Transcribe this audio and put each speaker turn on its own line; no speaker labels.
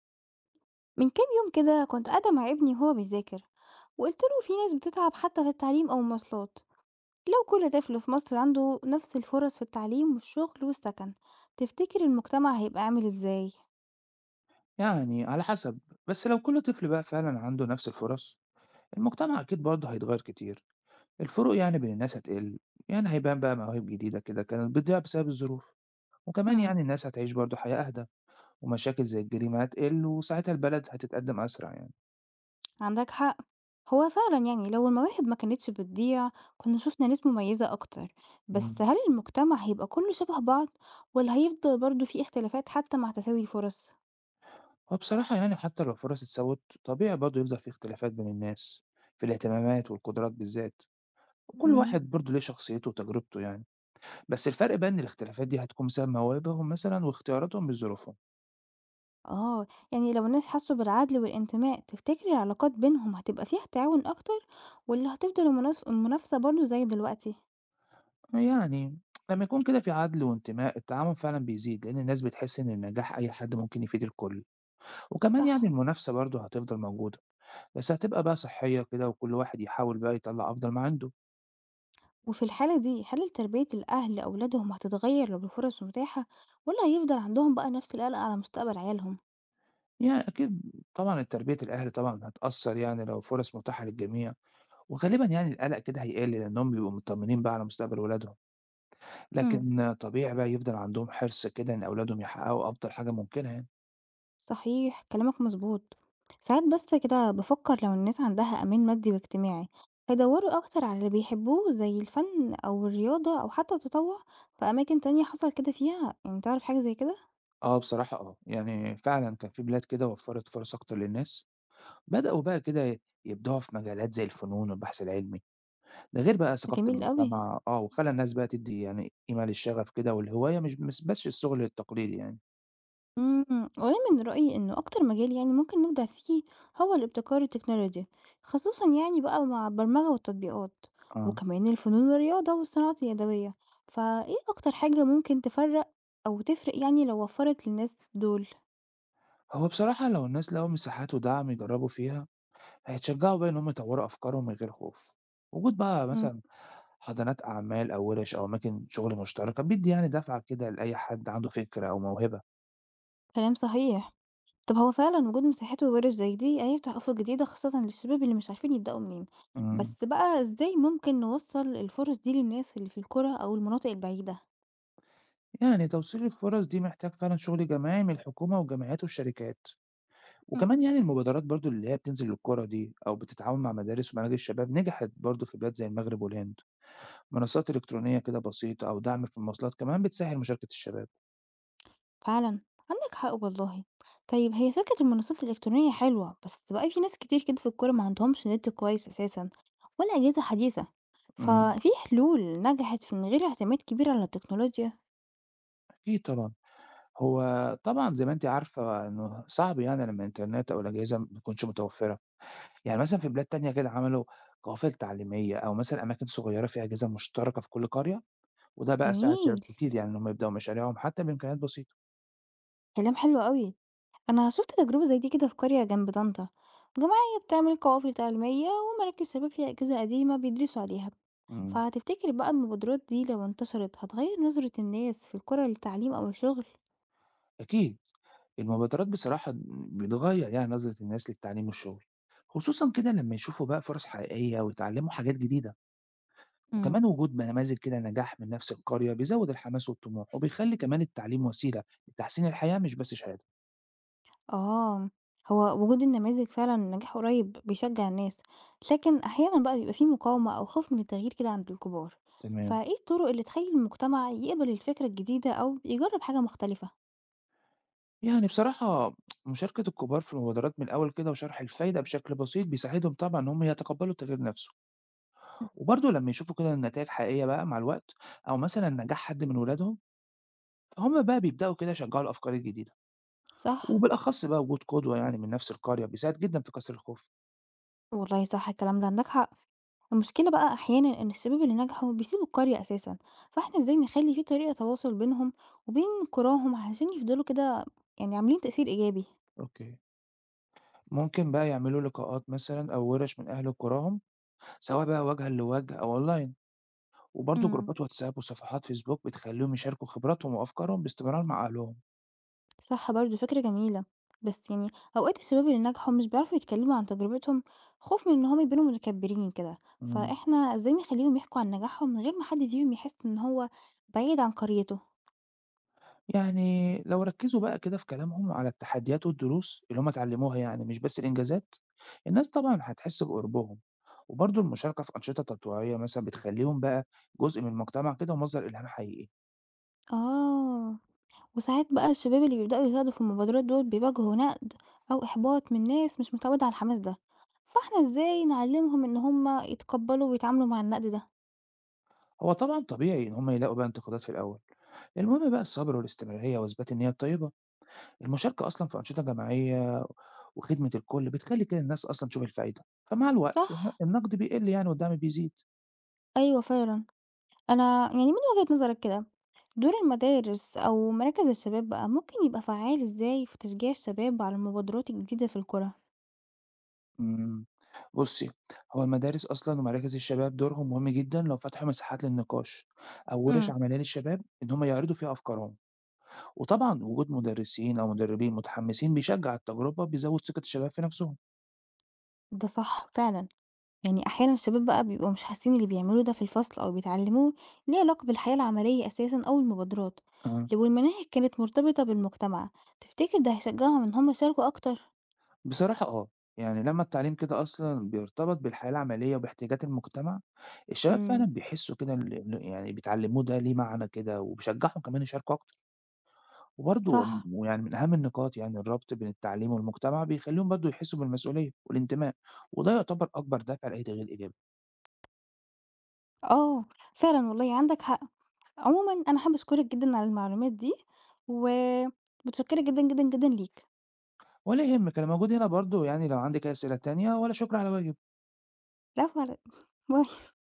من كام يوم كده كنت قاعدة مع ابني وهو بيذاكر، وقلت له في ناس بتتعب حتى في التعليم أو المواصلات. لو كل طفل في مصر عنده نفس الفرص في التعليم والشغل والسكن، تفتكر المجتمع هيبقى عامل ازاي؟
يعني على حسب. بس لو كل طفل بقى فعلا عنده نفس الفرص، المجتمع أكيد برضه هيتغير كتير. الفروق يعني بين الناس هتقل. يعني هيبان بقى مواهب جديدة كده كانت بتضيع بسبب الظروف. وكمان
مم.
يعني الناس هتعيش برضه حياة أهدى. ومشاكل زي الجريمة هتقل وساعتها البلد هتتقدم أسرع يعني.
عندك حق، هو فعلا يعني لو المواهب ما كانتش بتضيع كنا شفنا ناس مميزة أكتر. بس
مم.
هل المجتمع هيبقى كله شبه بعض ولا هيفضل برضو في اختلافات حتى مع تساوي الفرص؟
وبصراحة يعني حتى لو الفرص اتساوت طبيعي برضه يفضل في اختلافات بين الناس في الاهتمامات والقدرات بالذات. وكل
مم.
واحد برضه ليه شخصيته وتجربته يعني. بس الفرق بقى إن الاختلافات دي هتكون بسبب مواهبهم مثلا واختياراتهم بظروفهم.
آه، يعني لو الناس حسوا بالعدل والانتماء تفتكري العلاقات بينهم هتبقى فيها تعاون أكتر ولا هتفضل المنافسة برضه زي دلوقتي؟
يعني لما يكون كده في عدل وانتماء، التعاون فعلا بيزيد لأن الناس بتحس إن النجاح أي حد ممكن يفيد الكل. وكمان يعني
صح.
المنافسة برضه هتفضل موجودة. بس هتبقى بقى صحية كده وكل واحد يحاول بقى يطلع أفضل ما عنده.
وفي الحالة دي هل تربية الأهل أولادهم هتتغير لو الفرص متاحة، ولا هيفضل عندهم بقى نفس القلق على مستقبل عيالهم؟
يعني أكيد، طبعا تربية الأهل طبعا هتأثر يعني لو فرص متاحة للجميع. وغالبا يعني القلق كده هيقل لأنهم بيبقوا مطمنين بقى على مستقبل ولادهم.
مم.
لكن طبيعي بقى يفضل عندهم حرص كده إن أولادهم يحققوا أفضل حاجة ممكنة يعني.
صحيح كلامك مظبوط. ساعات بس كده بفكر لو الناس عندها أمان مادي واجتماعي هيدوروا أكتر على اللي بيحبوه زي الفن أو الرياضة أو حتى التطوع. في أماكن تانية حصل كده فيها يعني تعرف حاجة زي كده؟
اه، بصراحة اه يعني فعلا كان في بلاد كده وفرت فرص أكتر للناس. بدأوا بقى كده يبدعوا في مجالات زي الفنون والبحث العلمي، ده غير بقى
ده
ثقافة
جميل أوي.
المجتمع آه، وخلّى الناس بقى تدّي يعني قيمة للشغف كده والهواية مش بس الشغل التقليدي يعني.
إمم، وأنا من رأيي إنه أكتر مجال يعني ممكن نبدأ فيه هو الابتكار التكنولوجي، خصوصًا يعني بقى مع البرمجة والتطبيقات،
آه.
وكمان الفنون والرياضة والصناعات اليدوية، فإيه أكتر حاجة ممكن تفرّق أو تفرق يعني لو وفّرت للناس دول؟
هو بصراحة لو الناس لقوا مساحات ودعم يجرّبوا فيها، هيتشجعوا بقى إن هم يطوّروا أفكارهم من غير خوف. وجود بقى
إمم.
مثلًا حضانات أعمال أو ورش أو أماكن شغل مشتركة بيدّي يعني دفعة كده لأي حد عنده فكرة أو موهبة.
كلام صحيح. طب هو فعلًا وجود مساحات وورش زي دي هيفتح آفاق جديدة خاصةً للشباب اللي مش عارفين يبدأوا منين،
إمم.
بس بقى إزاي ممكن نوصّل الفرص دي للناس اللي في القرى أو المناطق البعيدة؟
يعني توصيل الفرص دي محتاج فعلًا شغل جماعي من الحكومة والجمعيات والشركات.
إمم.
وكمان يعني المبادرات برضو اللي هي بتنزل للقرى دي أو بتتعاون مع مدارس ومناهج الشباب نجحت برضو في بلاد زي المغرب والهند. منصات إلكترونية كده بسيطة أو دعم في المواصلات كمان بتسهل مشاركة الشباب.
فعلا، عندك حق والله. طيب هي فكرة المنصات الإلكترونية حلوة، بس بقى في ناس كتير كده في الكورة ما عندهمش نت كويس أساسا، ولا أجهزة حديثة،
امم،
ففي حلول نجحت في من غير اعتماد كبير على التكنولوجيا.
أكيد طبعا. هو طبعا زي ما أنت عارفة إنه صعب يعني لما الإنترنت أو الأجهزة ما تكونش متوفرة. يعني مثلا في بلاد تانية كده عملوا قوافل تعليمية أو مثلا أماكن صغيرة فيها أجهزة مشتركة في كل قرية. وده بقى ساعد
جميل،
شباب كتير يعني إنهم يبدأوا مشاريعهم حتى بإمكانيات بسيطة.
كلام حلو قوي. أنا شفت تجربة زي دي كده في قرية جنب طنطا، جمعية بتعمل قوافل تعليمية ومراكز شباب فيها أجهزة قديمة بيدرسوا عليها.
امم،
فهتفتكر بقى المبادرات دي لو انتشرت هتغير نظرة الناس في الكرة للتعليم أو الشغل؟
أكيد. المبادرات بصراحة بتغير يعني نظرة الناس للتعليم والشغل، خصوصا كده لما يشوفوا بقى فرص حقيقية ويتعلموا حاجات جديدة.
مم.
وكمان وجود نماذج كده نجاح من نفس القرية بيزود الحماس والطموح وبيخلي كمان التعليم وسيلة لتحسين الحياة مش بس شهادة.
آه، هو وجود النماذج فعلًا نجاح قريب بيشجع الناس، لكن أحيانًا بقى بيبقى فيه مقاومة أو خوف من التغيير كده عند الكبار،
تمام.
فإيه الطرق اللي تخلي المجتمع يقبل الفكرة الجديدة أو يجرب حاجة مختلفة؟
يعني بصراحة مشاركة الكبار في المبادرات من الأول كده وشرح الفايدة بشكل بسيط بيساعدهم طبعا إن هم يتقبلوا التغيير نفسه.
مم.
وبرضه لما يشوفوا كده النتائج حقيقية بقى مع الوقت أو مثلا نجاح حد من ولادهم، فهم بقى بيبدأوا كده يشجعوا الأفكار الجديدة.
صح.
وبالأخص بقى وجود قدوة يعني من نفس القرية بيساعد جدًا في كسر الخوف.
والله صح الكلام ده عندك حق، المشكلة بقى أحيانًا إن الشباب اللي نجحوا بيسيبوا القرية أساسًا، فإحنا إزاي نخلي فيه طريقة تواصل بينهم وبين قراهم علشان يفضلوا كده يعني عاملين تأثير إيجابي؟
أوكي. ممكن بقى يعملوا لقاءات مثلًا أو ورش من أهل قراهم، سواء بقى وجهًا لوجه أو أونلاين، وبرضه
مم.
جروبات واتساب وصفحات فيسبوك بتخليهم يشاركوا خبراتهم وأفكارهم باستمرار مع أهلهم.
صح، برضه فكرة جميلة. بس يعني أوقات الشباب اللي نجحوا مش بيعرفوا يتكلموا عن تجربتهم، خوف من إن هم يبانوا متكبرين كده.
إمم.
فإحنا إزاي نخليهم يحكوا عن نجاحهم من غير ما حد فيهم يحس إن هو بعيد عن قريته؟
يعني لو ركزوا بقى كده في كلامهم على التحديات والدروس اللي هم اتعلموها يعني مش بس الإنجازات، الناس طبعًا هتحس بقربهم. وبرضه المشاركة في أنشطة تطوعية مثلًا بتخليهم بقى جزء من مجتمع كده ومصدر إلهام حقيقي.
آه. وساعات بقى الشباب اللي بيبدأوا يساعدوا في المبادرات دول بيواجهوا نقد أو إحباط من ناس مش متعودة على الحماس ده، فإحنا إزاي نعلمهم إن هم يتقبلوا ويتعاملوا مع النقد ده؟
هو طبعًا طبيعي إن هم يلاقوا بقى انتقادات في الأول، المهم بقى الصبر والاستمرارية وإثبات النية الطيبة. المشاركة أصلًا في أنشطة جماعية وخدمة الكل بتخلّي كده الناس أصلًا تشوف الفايدة، فمع الوقت
صح.
النقد بيقل يعني والدعم بيزيد.
أيوة فعلا، أنا يعني من وجهة نظرك كده دور المدارس أو مراكز الشباب بقى ممكن يبقى فعال إزاي في تشجيع الشباب على المبادرات الجديدة في القرى؟
إمم، بُصّي، هو المدارس أصلًا ومراكز الشباب دورهم مهم جدًا لو فتحوا مساحات للنقاش أو ورش
امم.
عملية للشباب إن هم يعرضوا فيها أفكارهم. وطبعًا وجود مدرسين أو مدربين متحمسين بيشجع التجربة، بيزود ثقة الشباب في نفسهم.
ده صح فعلا. يعني أحيانا الشباب بقى بيبقوا مش حاسين اللي بيعملوه ده في الفصل أو بيتعلموه ليه علاقة بالحياة العملية أساسا أو المبادرات.
إمم.
لو المناهج كانت مرتبطة بالمجتمع، تفتكر ده هيشجعهم إن هم يشاركوا أكتر؟
بصراحة آه، يعني لمّا التعليم كده أصلًا بيرتبط بالحياة العملية وباحتياجات المجتمع، الشباب فعلًا
امم.
بيحسّوا كده إن يعني بيتعلموه ده ليه معنى كده وبيشجّعهم كمان يشاركوا أكتر. وبرضه
صح.
ويعني من أهم النقاط يعني الربط بين التعليم والمجتمع بيخلّيهم برضه يحسّوا بالمسؤولية والانتماء، وده يعتبر أكبر دافع لأي تغيير إيجابي.
اه فعلا والله عندك حق. عموما انا حابه اشكرك جدا على المعلومات دي، ومتشكره جدا جدا جدا ليك.
ولا يهمِّك، أنا موجود هنا برضه يعني لو عندِك أي أسئلة تانية، ولا شكر على واجب.
لا فرق. باي.